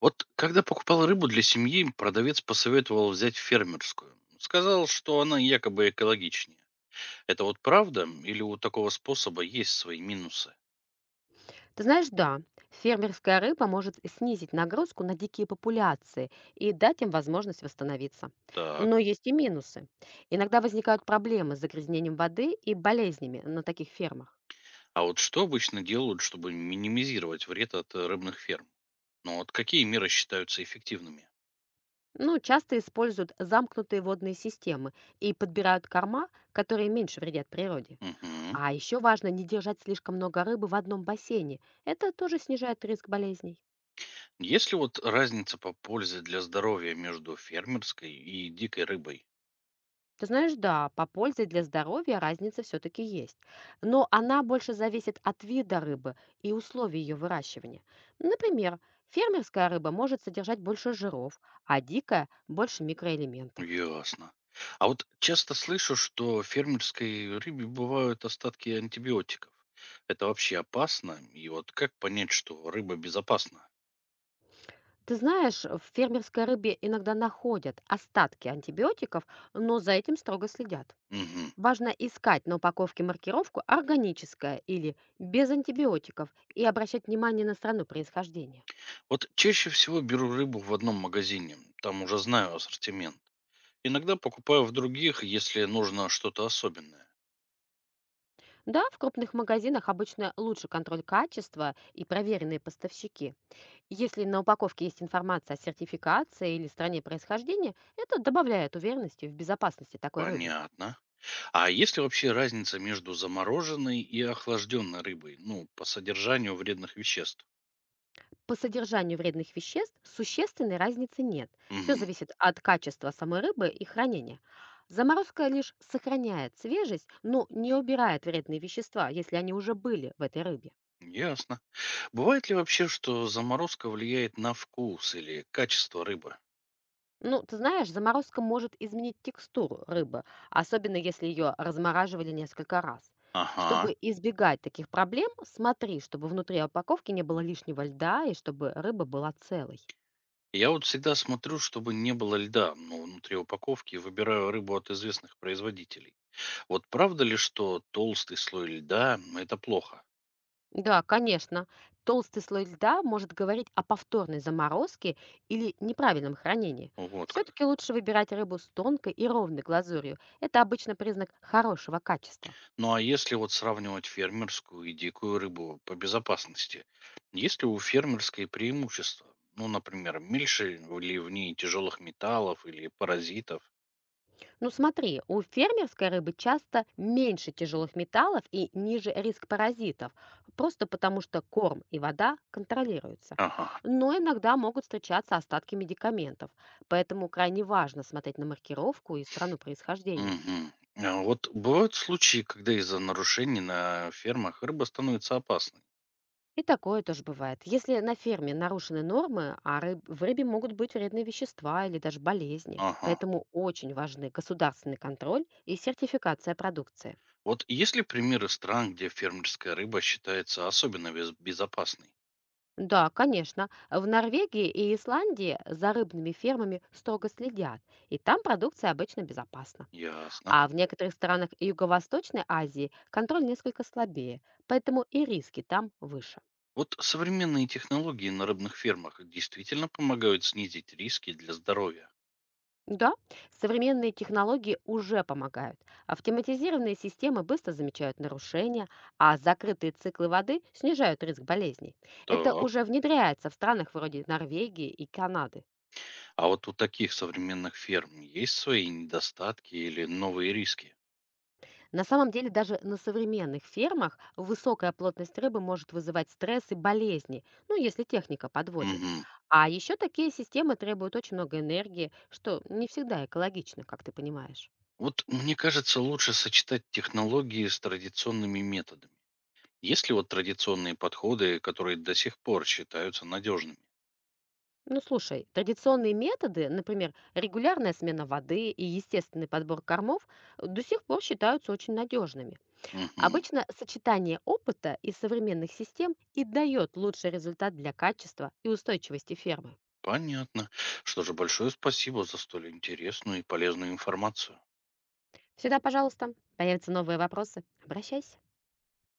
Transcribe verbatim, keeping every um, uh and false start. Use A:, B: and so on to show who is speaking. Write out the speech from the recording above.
A: Вот когда покупал рыбу для семьи, продавец посоветовал взять фермерскую. Сказал, что она якобы экологичнее. Это вот правда? Или у такого способа есть свои минусы?
B: Ты знаешь, да, фермерская рыба может снизить нагрузку на дикие популяции и дать им возможность восстановиться.
A: Так.
B: Но есть и минусы. Иногда возникают проблемы с загрязнением воды и болезнями на таких фермах.
A: А вот что обычно делают, чтобы минимизировать вред от э, рыбных ферм? Ну вот какие меры считаются эффективными?
B: Ну, часто используют замкнутые водные системы и подбирают корма, которые меньше вредят природе.
A: Угу.
B: А еще важно не держать слишком много рыбы в одном бассейне. Это тоже снижает риск болезней.
A: Есть ли вот разница по пользе для здоровья между фермерской и дикой рыбой?
B: Ты знаешь, да, по пользе для здоровья разница все-таки есть, но она больше зависит от вида рыбы и условий ее выращивания. Например, фермерская рыба может содержать больше жиров, а дикая– больше микроэлементов.
A: Ясно. А вот часто слышу, что в фермерской рыбе бывают остатки антибиотиков. Это вообще опасно? И вот как понять, что рыба безопасна?
B: Ты знаешь, в фермерской рыбе иногда находят остатки антибиотиков, но за этим строго следят.
A: Мгм.
B: Важно искать на упаковке маркировку «органическая» или «без антибиотиков» и обращать внимание на страну происхождения.
A: Вот чаще всего беру рыбу в одном магазине, там уже знаю ассортимент. Иногда покупаю в других, если нужно что-то особенное.
B: Да, в крупных магазинах обычно лучше контроль качества и проверенные поставщики. Если на упаковке есть информация о сертификации или стране происхождения, это добавляет уверенности в безопасности такой рыбы.
A: Понятно. А есть ли вообще разница между замороженной и охлажденной рыбой? Ну, по содержанию вредных веществ.
B: По содержанию вредных веществ существенной разницы нет. Все
A: Мгм.
B: зависит от качества самой рыбы и хранения. Заморозка лишь сохраняет свежесть, но не убирает вредные вещества, если они уже были в этой рыбе.
A: Ясно. Бывает ли вообще, что заморозка влияет на вкус или качество рыбы?
B: Ну, ты знаешь, заморозка может изменить текстуру рыбы, особенно если ее размораживали несколько раз.
A: Ага.
B: Чтобы избегать таких проблем, смотри, чтобы внутри упаковки не было лишнего льда и чтобы рыба была целой.
A: Я вот всегда смотрю, чтобы не было льда, но внутри упаковки и выбираю рыбу от известных производителей. Вот правда ли, что толстый слой льда– это плохо?
B: Да, конечно, толстый слой льда может говорить о повторной заморозке или неправильном хранении.
A: Вот как.
B: Все-таки лучше выбирать рыбу с тонкой и ровной глазурью. Это обычно признак хорошего качества.
A: Ну а если вот сравнивать фермерскую и дикую рыбу по безопасности, есть ли у фермерской преимущества? Ну, например, меньше ли в ней тяжелых металлов или паразитов?
B: Ну смотри, у фермерской рыбы часто меньше тяжелых металлов и ниже риск паразитов, просто потому что корм и вода контролируются.
A: Ага.
B: Но иногда могут встречаться остатки медикаментов, поэтому крайне важно смотреть на маркировку и страну происхождения.
A: Мгм. А вот бывают случаи, когда из-за нарушений на фермах рыба становится опасной.
B: И такое тоже бывает. Если на ферме нарушены нормы, а рыб- в рыбе могут быть вредные вещества или даже болезни.
A: Ага.
B: Поэтому очень важны государственный контроль и сертификация продукции.
A: Вот есть ли примеры стран, где фермерская рыба считается особенно без- безопасной?
B: Да, конечно. В Норвегии и Исландии за рыбными фермами строго следят, и там продукция обычно безопасна.
A: Ясно.
B: А в некоторых странах Юго-Восточной Азии контроль несколько слабее, поэтому и риски там выше.
A: Вот современные технологии на рыбных фермах действительно помогают снизить риски для здоровья.
B: Да, современные технологии уже помогают. Автоматизированные системы быстро замечают нарушения, а закрытые циклы воды снижают риск болезней. Это
A: Так.
B: уже внедряется в странах вроде Норвегии и Канады.
A: А вот у таких современных ферм есть свои недостатки или новые риски?
B: На самом деле даже на современных фермах высокая плотность рыбы может вызывать стресс и болезни, ну если техника подводит.
A: Мгм.
B: А еще такие системы требуют очень много энергии, что не всегда экологично, как ты понимаешь.
A: Вот мне кажется, лучше сочетать технологии с традиционными методами. Есть ли вот традиционные подходы, которые до сих пор считаются надежными?
B: Ну слушай, традиционные методы, например, регулярная смена воды и естественный подбор кормов, э, до сих пор считаются очень надежными.
A: Мгм.
B: Обычно сочетание опыта и современных систем и дает лучший результат для качества и устойчивости фермы.
A: Понятно. Что же, большое спасибо за столь интересную и полезную информацию.
B: Всегда пожалуйста. Появятся новые вопросы- обращайся.